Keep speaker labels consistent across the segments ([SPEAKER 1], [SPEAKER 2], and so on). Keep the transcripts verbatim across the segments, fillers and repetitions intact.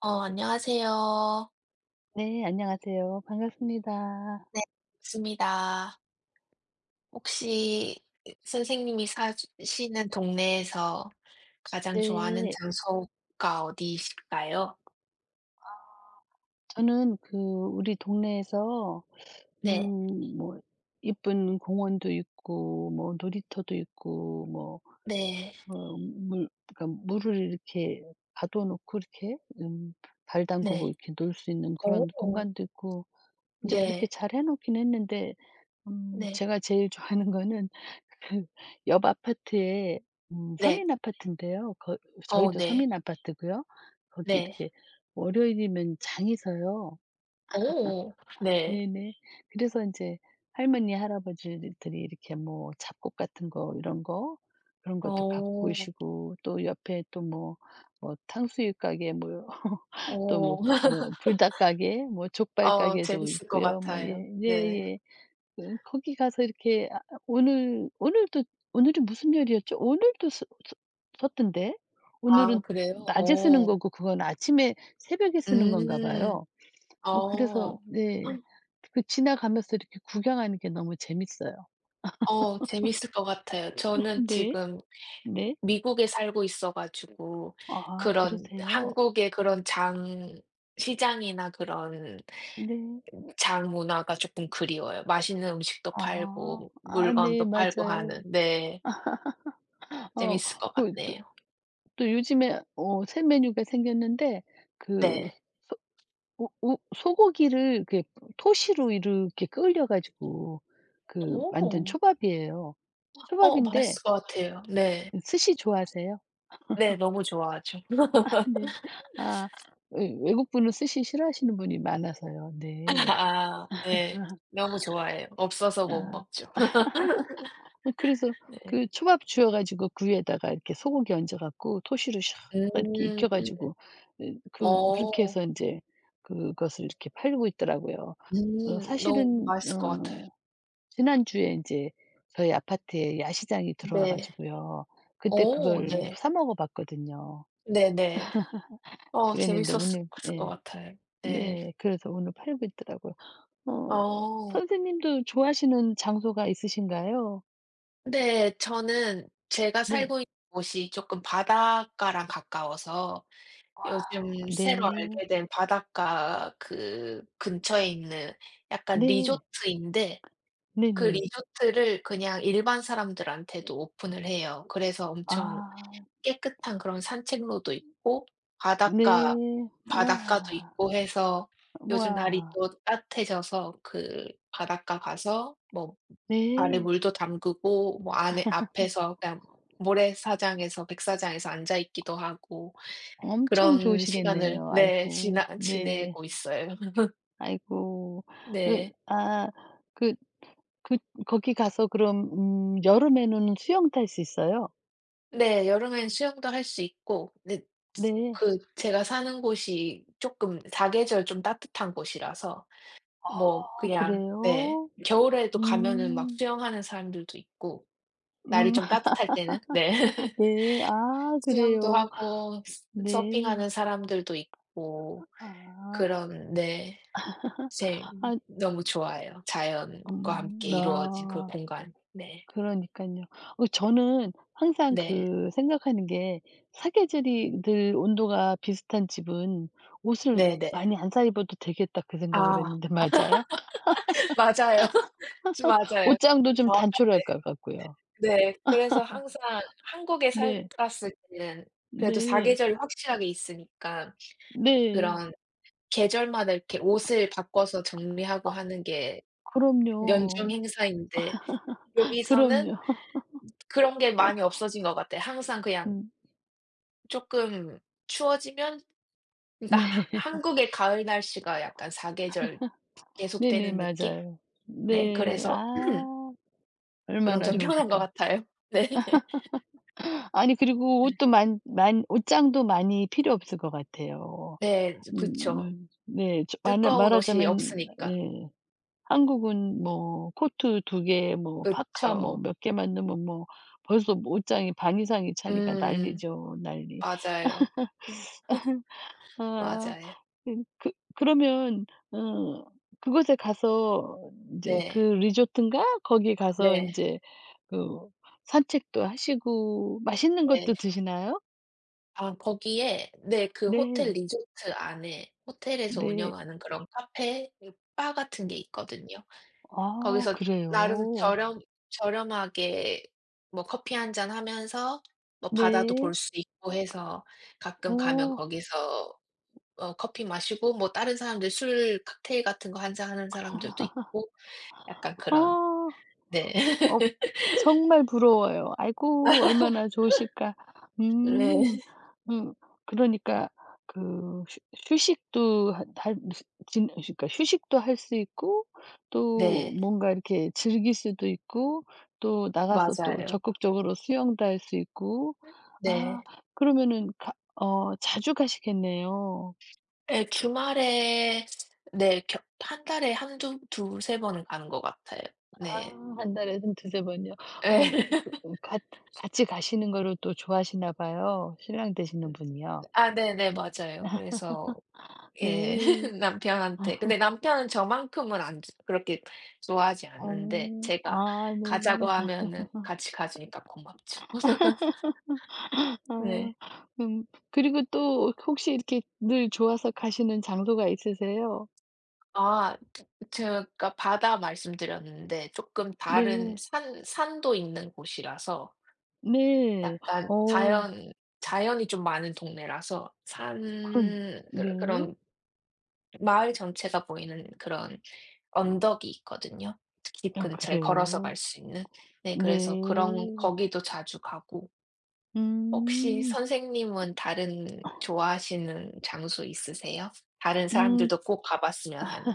[SPEAKER 1] 어 안녕하세요.
[SPEAKER 2] 네. 안녕하세요. 반갑습니다.
[SPEAKER 1] 네. 반습니다. 혹시 선생님이 사시는 동네에서 가장 좋아하는
[SPEAKER 2] 네.
[SPEAKER 1] 장소가 어디실까요?
[SPEAKER 2] 저는 그 우리 동네에서
[SPEAKER 1] 네.
[SPEAKER 2] 음 뭐 예쁜 공원도 있고 뭐 놀이터도 있고 뭐
[SPEAKER 1] 네.
[SPEAKER 2] 어 물 그러니까 물을 이렇게 가둬 놓고 이렇게 음 발 담그고
[SPEAKER 1] 네.
[SPEAKER 2] 이렇게 놀 수 있는
[SPEAKER 1] 오,
[SPEAKER 2] 그런 공간도 있고 이제 그렇게
[SPEAKER 1] 네.
[SPEAKER 2] 잘 해 놓긴 했는데 음
[SPEAKER 1] 네.
[SPEAKER 2] 제가 제일 좋아하는 거는 그옆 아파트에 음
[SPEAKER 1] 네.
[SPEAKER 2] 서민 아파트인데요. 거
[SPEAKER 1] 어
[SPEAKER 2] 저희도
[SPEAKER 1] 네.
[SPEAKER 2] 서민 아파트고요. 거기
[SPEAKER 1] 네.
[SPEAKER 2] 이렇게 월요일이면 장이 서요.
[SPEAKER 1] 오 네.
[SPEAKER 2] 네네. 그래서 이제 할머니, 할아버지들이 이렇게 뭐 잡곡 같은 거 이런 거 그런
[SPEAKER 1] 오
[SPEAKER 2] 것도 갖고
[SPEAKER 1] 오
[SPEAKER 2] 오시고 또 옆에 또 뭐 뭐 탕수육 가게 뭐 또 뭐 뭐 불닭 가게 뭐 족발
[SPEAKER 1] 어
[SPEAKER 2] 가게도
[SPEAKER 1] 재밌을 것
[SPEAKER 2] 있고요. 뭐
[SPEAKER 1] 같아요.
[SPEAKER 2] 예.
[SPEAKER 1] 네.
[SPEAKER 2] 예예. 그 거기 가서 이렇게 아 오늘 오늘도 오늘이 무슨 요리였죠? 오늘도 써 써 썼던데.
[SPEAKER 1] 아
[SPEAKER 2] 오늘은
[SPEAKER 1] 그래요?
[SPEAKER 2] 낮에 쓰는
[SPEAKER 1] 오오.
[SPEAKER 2] 거고 그건 아침에 새벽에 쓰는 건가
[SPEAKER 1] 음.
[SPEAKER 2] 봐요. 어 그래서
[SPEAKER 1] 어.
[SPEAKER 2] 네. 그 지나가면서 이렇게 구경하는 게 너무 재밌어요.
[SPEAKER 1] 어 재밌을 것 같아요. 저는
[SPEAKER 2] 네.
[SPEAKER 1] 지금
[SPEAKER 2] 네.
[SPEAKER 1] 미국에 살고 있어 가지고
[SPEAKER 2] 아
[SPEAKER 1] 그런
[SPEAKER 2] 그러세요?
[SPEAKER 1] 한국의 그런 장 시장이나 그런
[SPEAKER 2] 네.
[SPEAKER 1] 장 문화가 쪼끔 그리워요. 맛있는 음식도
[SPEAKER 2] 아.
[SPEAKER 1] 팔고
[SPEAKER 2] 아 네.
[SPEAKER 1] 물건도 팔고 하는.
[SPEAKER 2] 맞아요.
[SPEAKER 1] 네.
[SPEAKER 2] 어
[SPEAKER 1] 재밌을 것
[SPEAKER 2] 그 또
[SPEAKER 1] 같네요.
[SPEAKER 2] 또 요즘에 어 새 메뉴가 생겼는데 그
[SPEAKER 1] 네.
[SPEAKER 2] 우 우 소고기를 이렇게 토시로 이렇게 끓여 가지고 그 만든
[SPEAKER 1] 오.
[SPEAKER 2] 초밥이에요.
[SPEAKER 1] 어
[SPEAKER 2] 초밥인데
[SPEAKER 1] 맛있을 것 같아요. 네.
[SPEAKER 2] 스시 좋아하세요?
[SPEAKER 1] 네 너무 좋아하죠.
[SPEAKER 2] 아 네. 아 외 외국분은 스시 싫어하시는 분이 많아서요. 네.
[SPEAKER 1] 아 네. 너무 좋아해요. 없어서 못
[SPEAKER 2] 아
[SPEAKER 1] 먹죠.
[SPEAKER 2] 어 그래서
[SPEAKER 1] 네.
[SPEAKER 2] 그 초밥 주워 가지고 그 위에다가 이렇게 소고기 얹어 갖고 토시로 샥 이렇게
[SPEAKER 1] 음.
[SPEAKER 2] 익혀 가지고 그 그렇게
[SPEAKER 1] 어.
[SPEAKER 2] 해서 이제 그것을 이렇게 팔고 있더라고요. 어
[SPEAKER 1] 음. 너무
[SPEAKER 2] 사실은
[SPEAKER 1] 맛있을 것 같아요.
[SPEAKER 2] 어 지난주에 인제 저희 아파트에 야시장이 들어와
[SPEAKER 1] 네.
[SPEAKER 2] 가지고요. 그때
[SPEAKER 1] 어
[SPEAKER 2] 그걸
[SPEAKER 1] 네.
[SPEAKER 2] 사 먹어 봤거든요.
[SPEAKER 1] 네네. 어
[SPEAKER 2] 그랬는데
[SPEAKER 1] 재밌었을
[SPEAKER 2] 오늘
[SPEAKER 1] 것
[SPEAKER 2] 예.
[SPEAKER 1] 같아요. 네.
[SPEAKER 2] 네. 그래서 오늘 팔고 있더라고요. 어
[SPEAKER 1] 어.
[SPEAKER 2] 선생님도 좋아하시는 장소가 있으신가요?
[SPEAKER 1] 네. 저는 제가
[SPEAKER 2] 네.
[SPEAKER 1] 살고 있는 곳이 쪼끔 바닷가랑 가까워서 요즘 새로
[SPEAKER 2] 네.
[SPEAKER 1] 알게 된 바닷가 그 근처에 있는 약간
[SPEAKER 2] 네.
[SPEAKER 1] 리조트인데 그
[SPEAKER 2] 네네.
[SPEAKER 1] 리조트를 그냥 일반 사람들한테도 오픈을 해요. 그래서 엄청
[SPEAKER 2] 아
[SPEAKER 1] 깨끗한 그런 산책로도 있고 바닷가
[SPEAKER 2] 네.
[SPEAKER 1] 바닷가도
[SPEAKER 2] 와.
[SPEAKER 1] 있고 해서 요즘 날이
[SPEAKER 2] 와.
[SPEAKER 1] 또 따뜻해져서 그 바닷가 가서 뭐 발에
[SPEAKER 2] 네.
[SPEAKER 1] 물도 담그고 뭐 안에 앞에서 그냥 모래사장에서 백사장에서 앉아 있기도 하고
[SPEAKER 2] 엄청
[SPEAKER 1] 그런 시간을
[SPEAKER 2] 좋으시겠네요.
[SPEAKER 1] 네
[SPEAKER 2] 아이고.
[SPEAKER 1] 지나
[SPEAKER 2] 네.
[SPEAKER 1] 지내고 있어요.
[SPEAKER 2] 아이고. 그
[SPEAKER 1] 네.
[SPEAKER 2] 아그 그 거기 가서 그럼 음 여름에는 수영 탈 수 있어요.
[SPEAKER 1] 네. 여름엔 수영도 할 수 있고 근데
[SPEAKER 2] 네.
[SPEAKER 1] 그 제가 사는 곳이 쪼끔 사계절 좀 따뜻한 곳이라서 뭐
[SPEAKER 2] 아
[SPEAKER 1] 그냥 네.
[SPEAKER 2] 그래요?
[SPEAKER 1] 겨울에도 가면은 막
[SPEAKER 2] 음.
[SPEAKER 1] 수영하는 사람들도 있고 날이
[SPEAKER 2] 음
[SPEAKER 1] 좀 따뜻할 때는 네.
[SPEAKER 2] 네. 아
[SPEAKER 1] 수영도
[SPEAKER 2] 그래요.
[SPEAKER 1] 하고 스
[SPEAKER 2] 네.
[SPEAKER 1] 서핑하는 사람들도 있고
[SPEAKER 2] 아.
[SPEAKER 1] 그런 네. 제
[SPEAKER 2] 아
[SPEAKER 1] 너무 좋아해요. 자연과
[SPEAKER 2] 음
[SPEAKER 1] 함께 이루어진 그
[SPEAKER 2] 아
[SPEAKER 1] 공간. 네.
[SPEAKER 2] 그러니깐요. 어 저는 항상
[SPEAKER 1] 네.
[SPEAKER 2] 그 생각하는 게 사계절이 늘 온도가 비슷한 집은 옷을
[SPEAKER 1] 네네.
[SPEAKER 2] 많이 안 사 입어도 되겠다 그 생각을
[SPEAKER 1] 아
[SPEAKER 2] 했는데 맞아요?
[SPEAKER 1] 맞아요. 지 맞아요.
[SPEAKER 2] 옷장도
[SPEAKER 1] 완전
[SPEAKER 2] 좀 단촐할
[SPEAKER 1] 정확하세요.
[SPEAKER 2] 것 같고요.
[SPEAKER 1] 네. 그래서 항상 한국에
[SPEAKER 2] 네.
[SPEAKER 1] 살았을 때는 그래도
[SPEAKER 2] 네.
[SPEAKER 1] 사계절이 확실하게 있으니까
[SPEAKER 2] 네.
[SPEAKER 1] 그런 계절마다 이렇게 옷을 바꿔서 정리하고 하는 게 연중
[SPEAKER 2] 그럼요.
[SPEAKER 1] 행사인데 여기서는
[SPEAKER 2] 그럼요.
[SPEAKER 1] 그런 게 많이 없어진 것 같아요. 항상 그냥
[SPEAKER 2] 음.
[SPEAKER 1] 쪼끔 추워지면 그러니까 하
[SPEAKER 2] 네.
[SPEAKER 1] 한국의 가을 날씨가 약간 사계절
[SPEAKER 2] 네네.
[SPEAKER 1] 계속되는 느낌?
[SPEAKER 2] 맞아요.
[SPEAKER 1] 네
[SPEAKER 2] 네.
[SPEAKER 1] 그래서
[SPEAKER 2] 아
[SPEAKER 1] 그런
[SPEAKER 2] 얼마나
[SPEAKER 1] 점 편한 것
[SPEAKER 2] 좋으실까.
[SPEAKER 1] 같아요. 네.
[SPEAKER 2] 아니 그리고
[SPEAKER 1] 네.
[SPEAKER 2] 옷도 많 많 옷장도 많이 필요 없을 것 같아요.
[SPEAKER 1] 네
[SPEAKER 2] 음
[SPEAKER 1] 그쵸.
[SPEAKER 2] 음 네. 저 말하
[SPEAKER 1] 두꺼운 옷이
[SPEAKER 2] 말하자면
[SPEAKER 1] 없으니까.
[SPEAKER 2] 예 한국은 뭐 코트 두 개 뭐 파카 뭐
[SPEAKER 1] 그쵸.
[SPEAKER 2] 몇 개만 넣으면 뭐 벌써 옷장이 반 이상이 차니까
[SPEAKER 1] 음
[SPEAKER 2] 난리죠, 난리.
[SPEAKER 1] 맞아요.
[SPEAKER 2] 아.
[SPEAKER 1] 맞아요.
[SPEAKER 2] 음 그 그러면 어 그곳에 가서 이제 그
[SPEAKER 1] 네.
[SPEAKER 2] 리조트인가 거기 가서 이
[SPEAKER 1] 네.
[SPEAKER 2] 제 그 산책도 하시고 맛있는
[SPEAKER 1] 네.
[SPEAKER 2] 것도 드시나요?
[SPEAKER 1] 아 거기에 네 그 호텔
[SPEAKER 2] 네.
[SPEAKER 1] 리조트 안에 호텔에서
[SPEAKER 2] 네.
[SPEAKER 1] 운영하는 그런 카페 그 바 같은 게 있거든요.
[SPEAKER 2] 아
[SPEAKER 1] 거기서 나름
[SPEAKER 2] 그래요?
[SPEAKER 1] 저렴 저렴하게 뭐 커피 한 잔 하면서 뭐 바다도
[SPEAKER 2] 네.
[SPEAKER 1] 볼 수 있고 해서 가끔 가면
[SPEAKER 2] 어.
[SPEAKER 1] 거기서 어 커피 마시고 뭐 다른 사람들 술 칵테일 같은 거 한 잔 하는 사람들도 있고 약간 그런
[SPEAKER 2] 아.
[SPEAKER 1] 네.
[SPEAKER 2] 어 정말 부러워요. 아이고 얼마나 좋으실까.
[SPEAKER 1] 네.
[SPEAKER 2] 음. 음 그러니까 그 휴 휴식도 하 할 수- 진 그러니까 휴식도 할 수 있고 또
[SPEAKER 1] 네.
[SPEAKER 2] 뭔가 이렇게 즐길 수도 있고 또 나가서 또
[SPEAKER 1] 맞아요.
[SPEAKER 2] 적극적으로 수영도 할 수 있고. 아
[SPEAKER 1] 네.
[SPEAKER 2] 그러면은 가 어 자주 가시겠네요.
[SPEAKER 1] 예. 주말에 네. 겨 달에 한, 두, 두세 번은 가는 것 같아요.
[SPEAKER 2] 아
[SPEAKER 1] 네.
[SPEAKER 2] 한 달에 한 두세 번요. 음
[SPEAKER 1] 예.
[SPEAKER 2] 그 같 같이 가시는 거를 또 좋아하시나 봐요, 신랑 되시는
[SPEAKER 1] 음
[SPEAKER 2] 분이요.
[SPEAKER 1] 아 네네. 맞아요. 그래서 예.
[SPEAKER 2] 네.
[SPEAKER 1] 남편한테 근데 남편은 저만큼은 안 주- 그렇게 좋아하지 않는데
[SPEAKER 2] 어.
[SPEAKER 1] 제가
[SPEAKER 2] 아 네.
[SPEAKER 1] 가자고 하면은 같이 가주니까 고맙죠.
[SPEAKER 2] 아.
[SPEAKER 1] 네.
[SPEAKER 2] 음 그리고 또 혹시 이렇게 늘 좋아서 가시는 장소가 있으세요?
[SPEAKER 1] 아 저- 제가 바다 말씀드렸는데 조금 다른
[SPEAKER 2] 네.
[SPEAKER 1] 산 산도 있는 곳이라서
[SPEAKER 2] 네.
[SPEAKER 1] 약간
[SPEAKER 2] 어
[SPEAKER 1] 자연 자연이 좀 많은 동네라서 산
[SPEAKER 2] 그런 네.
[SPEAKER 1] 그런 그런 마을 전체가 보이는 그런 언덕이 있거든요. 집
[SPEAKER 2] 아
[SPEAKER 1] 근처에 걸어서 갈
[SPEAKER 2] 그래요?
[SPEAKER 1] 수 있는. 네 그래서
[SPEAKER 2] 네.
[SPEAKER 1] 그런 거기도 자주 가고 혹시
[SPEAKER 2] 음.
[SPEAKER 1] 선생님은 다른 좋아하시는 장소 있으세요? 다른
[SPEAKER 2] 음.
[SPEAKER 1] 사람들도 꼭 가 봤으면 하는.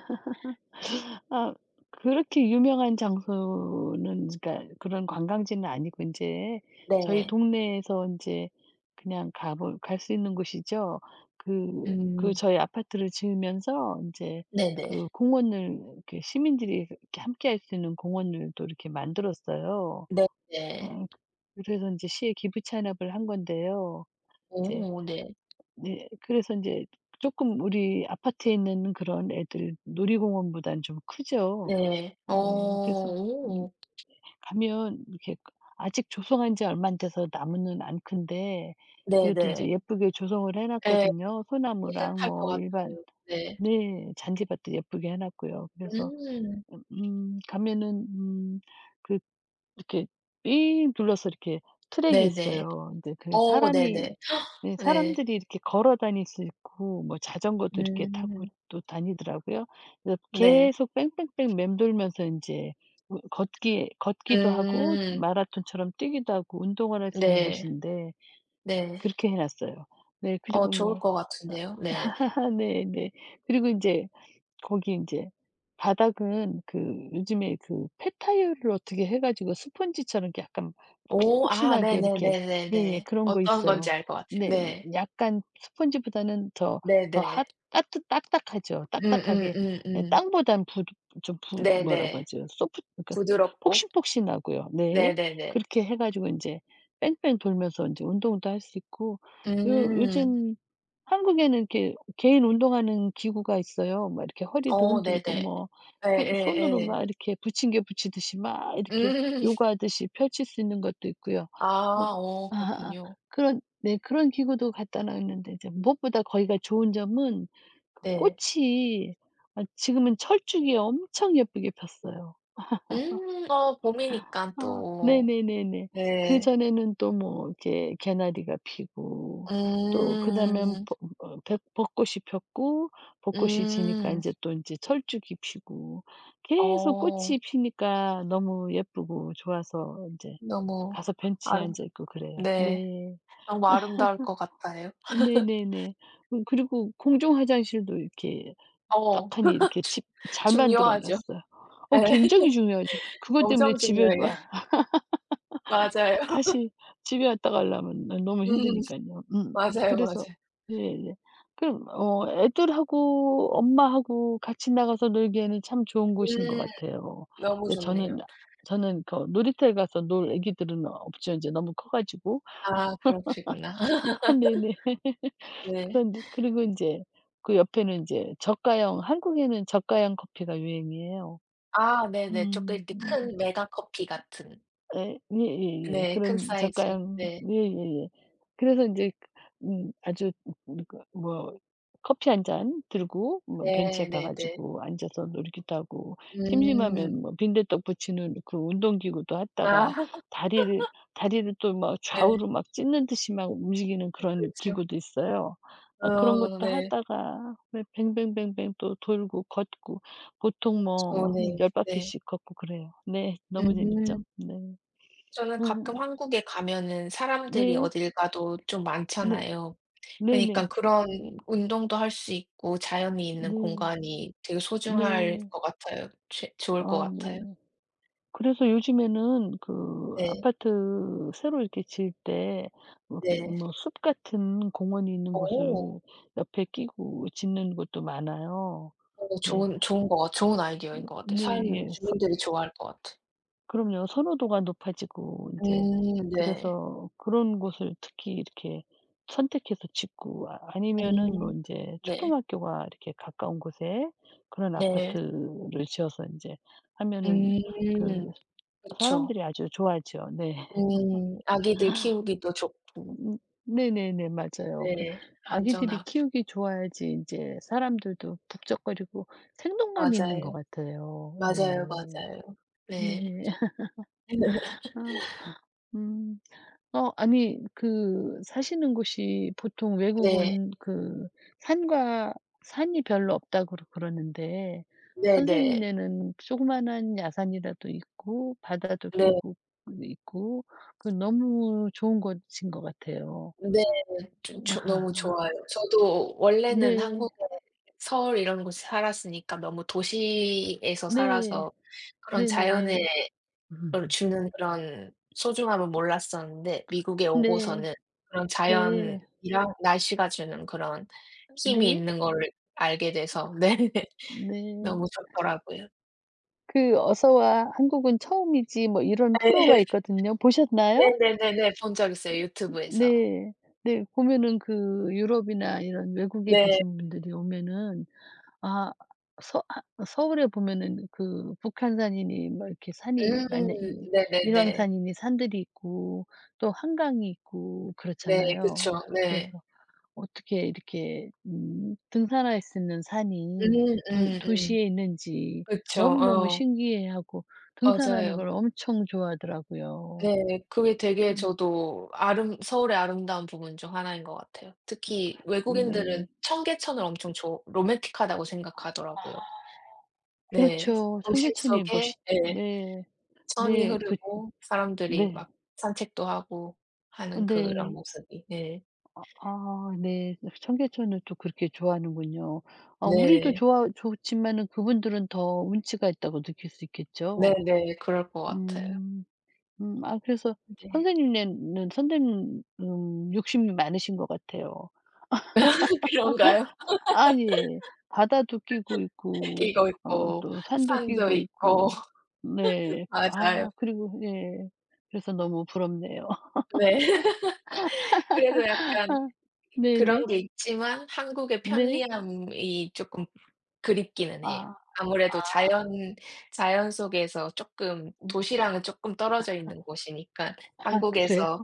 [SPEAKER 2] 아 그렇게 유명한 장소는 그러니까 그런 관광지는 아니고 이제 저희
[SPEAKER 1] 네.
[SPEAKER 2] 동네에서 이제 그냥 가볼 갈 수 있는 곳이죠. 그 그
[SPEAKER 1] 음.
[SPEAKER 2] 저희 아파트를 지으면서 이제
[SPEAKER 1] 네네.
[SPEAKER 2] 그 공원을 이렇게 시민들이 이렇게 함께할 수 있는 공원을 또 이렇게 만들었어요.
[SPEAKER 1] 네네.
[SPEAKER 2] 어 그래서 이제 시에 기부 찬합을 한 건데요. 이제
[SPEAKER 1] 오 네.
[SPEAKER 2] 네 그래서 이제 조금 우리 아파트에 있는 그런 애들 놀이공원보단 좀 크죠.
[SPEAKER 1] 네. 어
[SPEAKER 2] 네. 그래서 음
[SPEAKER 1] 오.
[SPEAKER 2] 가면 이렇게 아직 조성한 지 얼마 안 돼서 나무는 안 큰데 그래도 이제
[SPEAKER 1] 네네.
[SPEAKER 2] 예쁘게 조성을 해
[SPEAKER 1] 예.
[SPEAKER 2] 놨거든요. 소나무랑
[SPEAKER 1] 뿌듯할 것
[SPEAKER 2] 뭐 일반
[SPEAKER 1] 같아요. 네.
[SPEAKER 2] 네 잔디밭도 예쁘게 해 놨고요. 그래서
[SPEAKER 1] 음.
[SPEAKER 2] 음 음, 가면은 음그 이렇게 삥 둘러서 이렇게 트랙이
[SPEAKER 1] 네네.
[SPEAKER 2] 있어요. 근데 그
[SPEAKER 1] 어
[SPEAKER 2] 사람이
[SPEAKER 1] 네네.
[SPEAKER 2] 네
[SPEAKER 1] 네.
[SPEAKER 2] 사람들이 이렇게 걸어 다닐 수 있고 뭐 자전거도 이렇게 타고
[SPEAKER 1] 음.
[SPEAKER 2] 또 다니더라고요. 그래서
[SPEAKER 1] 네.
[SPEAKER 2] 계속 뺑뺑뺑 맴돌면서 인제 으 걷기 걷기도 하고
[SPEAKER 1] 음.
[SPEAKER 2] 마라톤처럼 뛰기도 하고 운동을 할 수 있는
[SPEAKER 1] 네.
[SPEAKER 2] 곳인데
[SPEAKER 1] 네.
[SPEAKER 2] 그렇게 해 놨어요. 네
[SPEAKER 1] 어
[SPEAKER 2] 그리고
[SPEAKER 1] 좋을
[SPEAKER 2] 뭐
[SPEAKER 1] 것 같은데요. 네.
[SPEAKER 2] 네 네. 그리고 인제 거기 이제 바닥은 그 요즘에 그 폐타일을 어떻게 해 가지고 스펀지처럼 이렇게 약간
[SPEAKER 1] 오 아
[SPEAKER 2] 폭신폭신하게 이렇게 예예
[SPEAKER 1] 네네네네네.
[SPEAKER 2] 그런 거
[SPEAKER 1] 어떤 건지
[SPEAKER 2] 있어요.
[SPEAKER 1] 알 것 같아요.
[SPEAKER 2] 네. 예
[SPEAKER 1] 네.
[SPEAKER 2] 약간 스펀지보다는 더 더
[SPEAKER 1] 네네.
[SPEAKER 2] 핫 따뜻 딱딱하죠. 딱딱하게 예
[SPEAKER 1] 음음음음.
[SPEAKER 2] 땅보단 부 좀 부 뭐라고
[SPEAKER 1] 네네.
[SPEAKER 2] 하죠? 소프 그러니까
[SPEAKER 1] 부드럽고.
[SPEAKER 2] 폭신폭신하고요. 네.
[SPEAKER 1] 네네네.
[SPEAKER 2] 그렇게 해 가지고 이제 뺑뺑 돌면서 이제 운동도 할 수 있고 요
[SPEAKER 1] 음.
[SPEAKER 2] 요즘 한국에는 이렇게 개인 운동하는 기구가 있어요. 막 이렇게 허리도
[SPEAKER 1] 어
[SPEAKER 2] 흔들고
[SPEAKER 1] 네네.
[SPEAKER 2] 뭐 손 손으로
[SPEAKER 1] 예예예. 음.
[SPEAKER 2] 막 이렇게 부침개 부치듯이 막 이렇게 요가하듯이 펼칠 수 있는 것도 있고요. 뭐
[SPEAKER 1] 아 어
[SPEAKER 2] 아 아,
[SPEAKER 1] 그렇군요.
[SPEAKER 2] 그런 네 그런 기구도 갖다 놨는데 이제 무엇보다 거기가 좋은 점은 그
[SPEAKER 1] 네.
[SPEAKER 2] 꽃이 아 지금은 철쭉이 엄청 예쁘게 폈어요.
[SPEAKER 1] 음 어 봄이니까
[SPEAKER 2] 아
[SPEAKER 1] 또.
[SPEAKER 2] 네네네네.
[SPEAKER 1] 네.
[SPEAKER 2] 그전에는 또 뭐 이렇게 개나리가 피고 또 그다음엔
[SPEAKER 1] 음.
[SPEAKER 2] 벚 어 벚꽃이 폈고 벚꽃이 지니까 이
[SPEAKER 1] 음.
[SPEAKER 2] 제 또 이제 철쭉이 피고 계속
[SPEAKER 1] 어.
[SPEAKER 2] 꽃이 피니까 너무 예쁘고 좋아서 이제
[SPEAKER 1] 너무
[SPEAKER 2] 가서 벤치에
[SPEAKER 1] 아름
[SPEAKER 2] 앉아 있고 그래요.
[SPEAKER 1] 네.
[SPEAKER 2] 네.
[SPEAKER 1] 너무 아름다울 것 같아요.
[SPEAKER 2] 네네네. 음 그리고 공중 화장실도 이렇게
[SPEAKER 1] 어.
[SPEAKER 2] 떡하니 이렇게 집 잘 만들어
[SPEAKER 1] 중요하죠.
[SPEAKER 2] 놨어요. 어
[SPEAKER 1] 네,
[SPEAKER 2] 굉장히 중요하죠. 그것 때문에
[SPEAKER 1] 엄청
[SPEAKER 2] 집에
[SPEAKER 1] 중요해요.
[SPEAKER 2] 와
[SPEAKER 1] 맞아요.
[SPEAKER 2] 다시 집에 왔다 가려면 너무
[SPEAKER 1] 음.
[SPEAKER 2] 힘드니깐요. 음.
[SPEAKER 1] 맞아요,
[SPEAKER 2] 그래서
[SPEAKER 1] 맞아요.
[SPEAKER 2] 예예. 그럼 어 애들하고 엄마하고 같이 나가서 놀기에는 참 좋은 곳인 것
[SPEAKER 1] 음.
[SPEAKER 2] 같아요.
[SPEAKER 1] 너무
[SPEAKER 2] 근데
[SPEAKER 1] 좋네요.
[SPEAKER 2] 저는 저는 그 놀이터에 가서 놀 애기들은 없죠. 인제 너무 커 가지고.
[SPEAKER 1] 아 그러피구나
[SPEAKER 2] 아 네네.
[SPEAKER 1] 네.
[SPEAKER 2] 그런데 그리고 인제 그 옆에는 인제 저가형 한국에는 저가형 커피가 유행이에요.
[SPEAKER 1] 아 네네. 조금
[SPEAKER 2] 음.
[SPEAKER 1] 이렇게
[SPEAKER 2] 네.
[SPEAKER 1] 큰 메가 커피 같은.
[SPEAKER 2] 예. 예예예.
[SPEAKER 1] 네. 큰
[SPEAKER 2] 그런
[SPEAKER 1] 사이즈.
[SPEAKER 2] 저가형
[SPEAKER 1] 네.
[SPEAKER 2] 예예예. 그래서 인제 음 아주 음 그 뭐 커피 한 잔 들고 뭐 벤치에 가
[SPEAKER 1] 네네네.
[SPEAKER 2] 가지고 앉아서 놀기도 하고
[SPEAKER 1] 음.
[SPEAKER 2] 심심하면 뭐 빈대떡 부치는 그 운동기구도 하다가
[SPEAKER 1] 아.
[SPEAKER 2] 다리를 다리를 또 막
[SPEAKER 1] 네.
[SPEAKER 2] 좌우로 막 찢는 듯이 막 움직이는 그런
[SPEAKER 1] 그렇죠.
[SPEAKER 2] 기구도 있어요. 아 그런
[SPEAKER 1] 어
[SPEAKER 2] 것도
[SPEAKER 1] 네.
[SPEAKER 2] 하다가 왜 뱅뱅뱅뱅 또 돌고 걷고 보통
[SPEAKER 1] 저
[SPEAKER 2] 뭐 한
[SPEAKER 1] 네.
[SPEAKER 2] 열
[SPEAKER 1] 네.
[SPEAKER 2] 바퀴씩 걷고 그래요. 네. 너무 재밌죠?
[SPEAKER 1] 음.
[SPEAKER 2] 네.
[SPEAKER 1] 저는 가끔
[SPEAKER 2] 음.
[SPEAKER 1] 한국에 가면은 사람들이
[SPEAKER 2] 네.
[SPEAKER 1] 어딜 가도 좀
[SPEAKER 2] 네.
[SPEAKER 1] 많잖아요.
[SPEAKER 2] 네네네. 네.
[SPEAKER 1] 그니깐 그런 운동도 할 수 있고 자연이 있는
[SPEAKER 2] 네.
[SPEAKER 1] 공간이 되게
[SPEAKER 2] 네.
[SPEAKER 1] 소중할 것 같아요. 죄 좋을 것
[SPEAKER 2] 아
[SPEAKER 1] 같아요.
[SPEAKER 2] 네. 그래서 요즘에는 그
[SPEAKER 1] 네.
[SPEAKER 2] 아파트 새로 이렇게 지을 때 뭐 이렇게
[SPEAKER 1] 네.
[SPEAKER 2] 뭐 숲 같은 공원이 있는
[SPEAKER 1] 어.
[SPEAKER 2] 곳을 옆에 끼고 짓는 곳도 많아요.
[SPEAKER 1] 어
[SPEAKER 2] 네.
[SPEAKER 1] 좋은 좋은 것 같 좋은 아이디어인 것 같아요.
[SPEAKER 2] 음 네
[SPEAKER 1] 산
[SPEAKER 2] 예. 서
[SPEAKER 1] 주민들이 좋아할 것 같아.
[SPEAKER 2] 그럼요. 선호도가 높아지고 인제
[SPEAKER 1] 음 네.
[SPEAKER 2] 그래서 그런 곳을 특히 이렇게 선택해서 짓고 아 아니면은
[SPEAKER 1] 음
[SPEAKER 2] 뭐 인제
[SPEAKER 1] 네.
[SPEAKER 2] 초등학교가 이렇게 가까운 곳에 그런
[SPEAKER 1] 네.
[SPEAKER 2] 아파트를 지어서 인제 하면은 그
[SPEAKER 1] 음. 그쵸.
[SPEAKER 2] 사람들이 아주 좋아하죠. 네.
[SPEAKER 1] 음. 아기들 키우기도 좋고.
[SPEAKER 2] 음 네네네. 맞아요. 그
[SPEAKER 1] 네.
[SPEAKER 2] 아기들이
[SPEAKER 1] 안전하고.
[SPEAKER 2] 키우기 좋아야지 이제 사람들도 북적거리고 생동감이 있는 것
[SPEAKER 1] 맞아요.
[SPEAKER 2] 같아요. 네.
[SPEAKER 1] 맞아요, 맞아요. 네.
[SPEAKER 2] 네. 아 음. 어 아니 그 사시는 곳이 보통
[SPEAKER 1] 네.
[SPEAKER 2] 외국은 그 산과 산이 별로 없다고 그러 그러는데
[SPEAKER 1] 네네.
[SPEAKER 2] 선생님네는 조그마한 야산이라도 있고 바다도
[SPEAKER 1] 네.
[SPEAKER 2] 끼고 있고 그 너무 좋은 곳인 것 같아요.
[SPEAKER 1] 네. 좀 조 너무
[SPEAKER 2] 아.
[SPEAKER 1] 좋아요. 저도 원래는
[SPEAKER 2] 네.
[SPEAKER 1] 한국에 서울 이런 곳에 살았으니까 너무 도시에서
[SPEAKER 2] 네.
[SPEAKER 1] 살아서 그런 자연에
[SPEAKER 2] 네네.
[SPEAKER 1] 어
[SPEAKER 2] 음.
[SPEAKER 1] 주는 그런 소중함을 몰랐었는데 미국에
[SPEAKER 2] 네.
[SPEAKER 1] 오고서는 그런
[SPEAKER 2] 네.
[SPEAKER 1] 자연이랑 날씨가 주는 그런 힘이
[SPEAKER 2] 네.
[SPEAKER 1] 있는 거를 알게 돼서 네.
[SPEAKER 2] 네.
[SPEAKER 1] 너무 좋더라고요.
[SPEAKER 2] 그 "어서와 한국은 처음이지." 뭐 이런 프로가
[SPEAKER 1] 네.
[SPEAKER 2] 있거든요. 보셨나요?
[SPEAKER 1] 네네네네. 본 적 있어요, 유튜브에서.
[SPEAKER 2] 네. 네. 보면은 그 유럽이나 이런 외국에
[SPEAKER 1] 네.
[SPEAKER 2] 계신 분들이 오면은 아 서 하 서울에 보면은 그 북한산이니 뭐 이렇게 산이 만약
[SPEAKER 1] 음.
[SPEAKER 2] 이
[SPEAKER 1] 네네네.
[SPEAKER 2] 일왕산이니 산들이 있고 또 한강이 있고
[SPEAKER 1] 네.
[SPEAKER 2] 그렇잖아요.
[SPEAKER 1] 그쵸. 네.
[SPEAKER 2] 그래서 어떻게 이렇게 음 등산할 수 있는 산이
[SPEAKER 1] 음
[SPEAKER 2] 도
[SPEAKER 1] 음음.
[SPEAKER 2] 도시에 있는지
[SPEAKER 1] 그쵸.
[SPEAKER 2] 너무너무
[SPEAKER 1] 어.
[SPEAKER 2] 신기해하고 등산하는
[SPEAKER 1] 맞아요.
[SPEAKER 2] 걸 엄청 좋아하더라고요.
[SPEAKER 1] 네. 그게 되게
[SPEAKER 2] 음
[SPEAKER 1] 저도 아름 서울의 아름다운 부분 중 하나인 것 같아요. 특히 외국인들은
[SPEAKER 2] 네.
[SPEAKER 1] 청계천을 엄청 좋아 로맨틱하다고 생각하더라고요. 네.
[SPEAKER 2] 그렇죠.
[SPEAKER 1] 도심
[SPEAKER 2] 청계천이
[SPEAKER 1] 속에
[SPEAKER 2] 멋있
[SPEAKER 1] 예
[SPEAKER 2] 네.
[SPEAKER 1] 천이
[SPEAKER 2] 네. 그
[SPEAKER 1] 흐르고 사람들이
[SPEAKER 2] 네.
[SPEAKER 1] 막 산책도 하고
[SPEAKER 2] 어
[SPEAKER 1] 하는 그런
[SPEAKER 2] 네.
[SPEAKER 1] 모습이. 네.
[SPEAKER 2] 아 네. 청계천을 또 그렇게 좋아하는군요. 아 우리도
[SPEAKER 1] 네.
[SPEAKER 2] 좋아 좋지만은 그분들은 더 운치가 있다고 느낄 수 있겠죠?
[SPEAKER 1] 네네. 그럴 것 같아요.
[SPEAKER 2] 음. 음 아 그래서
[SPEAKER 1] 네.
[SPEAKER 2] 선생님네는 선생님 음 욕심이 많으신 것 같아요.
[SPEAKER 1] 그런가요?
[SPEAKER 2] 아니 바다도 끼고 있고
[SPEAKER 1] 이거
[SPEAKER 2] 어
[SPEAKER 1] 있고
[SPEAKER 2] 또 산도
[SPEAKER 1] 상도
[SPEAKER 2] 끼고
[SPEAKER 1] 있고.
[SPEAKER 2] 있고 네.
[SPEAKER 1] 맞아요.
[SPEAKER 2] 아 그리고 예. 그래서 너무 부럽네요.
[SPEAKER 1] 네. 그래서 약간 그런
[SPEAKER 2] 네네.
[SPEAKER 1] 게 있지만 한국의
[SPEAKER 2] 네.
[SPEAKER 1] 편리함이 쪼끔 그립기는 해요.
[SPEAKER 2] 아
[SPEAKER 1] 아무래도
[SPEAKER 2] 아
[SPEAKER 1] 자연 자연 속에서 쪼끔
[SPEAKER 2] 음
[SPEAKER 1] 도시랑은 쪼끔 떨어져 있는 곳이니까
[SPEAKER 2] 아 그래요?
[SPEAKER 1] 한국에서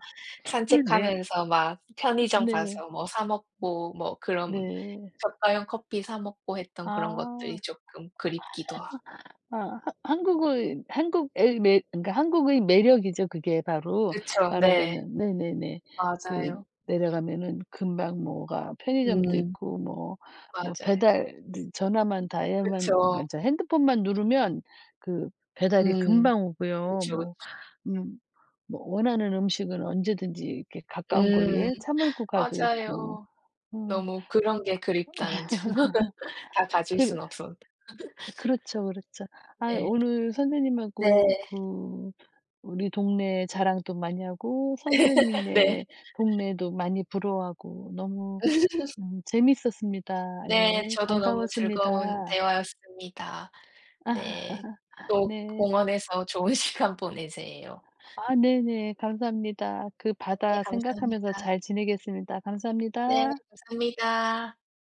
[SPEAKER 2] 네.
[SPEAKER 1] 산책하면서 막 편의점
[SPEAKER 2] 네.
[SPEAKER 1] 가서 뭐 사 먹고 뭐 그런
[SPEAKER 2] 네.
[SPEAKER 1] 저가형 커피 사 먹고 했던 그런 것들이
[SPEAKER 2] 아.
[SPEAKER 1] 쪼끔 그립기도 하고.
[SPEAKER 2] 아 하 한국의 한국의 매 그러니까 한국의 매력이죠. 그게 바로
[SPEAKER 1] 그쵸. 네.
[SPEAKER 2] 말하자면 네네네. 그
[SPEAKER 1] 맞아요.
[SPEAKER 2] 내려가면은 금방 뭐가 편의점도
[SPEAKER 1] 음.
[SPEAKER 2] 있고 뭐 뭐
[SPEAKER 1] 맞아요.
[SPEAKER 2] 배달 느 전화만 다이얼만
[SPEAKER 1] 그쵸.
[SPEAKER 2] 그러니까 핸드폰만 누르면 그 배달이
[SPEAKER 1] 음.
[SPEAKER 2] 금방 오고요.
[SPEAKER 1] 그쵸, 그쵸.
[SPEAKER 2] 뭐 음 뭐 원하는 음식은 언제든지 이렇게 가까운
[SPEAKER 1] 음.
[SPEAKER 2] 거리에 차 몰고 가도 있고.
[SPEAKER 1] 맞아요.
[SPEAKER 2] 음,
[SPEAKER 1] 너무 그런
[SPEAKER 2] 그
[SPEAKER 1] 게 그립다는 점. 다 가질
[SPEAKER 2] 그,
[SPEAKER 1] 순 없어.
[SPEAKER 2] 그렇죠, 그렇죠. 아
[SPEAKER 1] 네.
[SPEAKER 2] 오늘
[SPEAKER 1] 네.
[SPEAKER 2] 선생님하고 그 우리 동네 자랑도 많이 하고
[SPEAKER 1] 네.
[SPEAKER 2] 선생님네 동네도 많이 부러워하고 너무 음 재밌었습니다.
[SPEAKER 1] 네.
[SPEAKER 2] 예.
[SPEAKER 1] 저도 너무 즐거운
[SPEAKER 2] 반가웠습니다.
[SPEAKER 1] 대화였습니다. 네. 또
[SPEAKER 2] 네.
[SPEAKER 1] 공원에서 좋은 시간 보내세요.
[SPEAKER 2] 아 네네. 감사합니다. 그
[SPEAKER 1] 네.
[SPEAKER 2] 바다 생각하면서
[SPEAKER 1] 감사합니다.
[SPEAKER 2] 잘 지내겠습니다.
[SPEAKER 1] 네.
[SPEAKER 2] 감사합니다.
[SPEAKER 1] 감사합니다.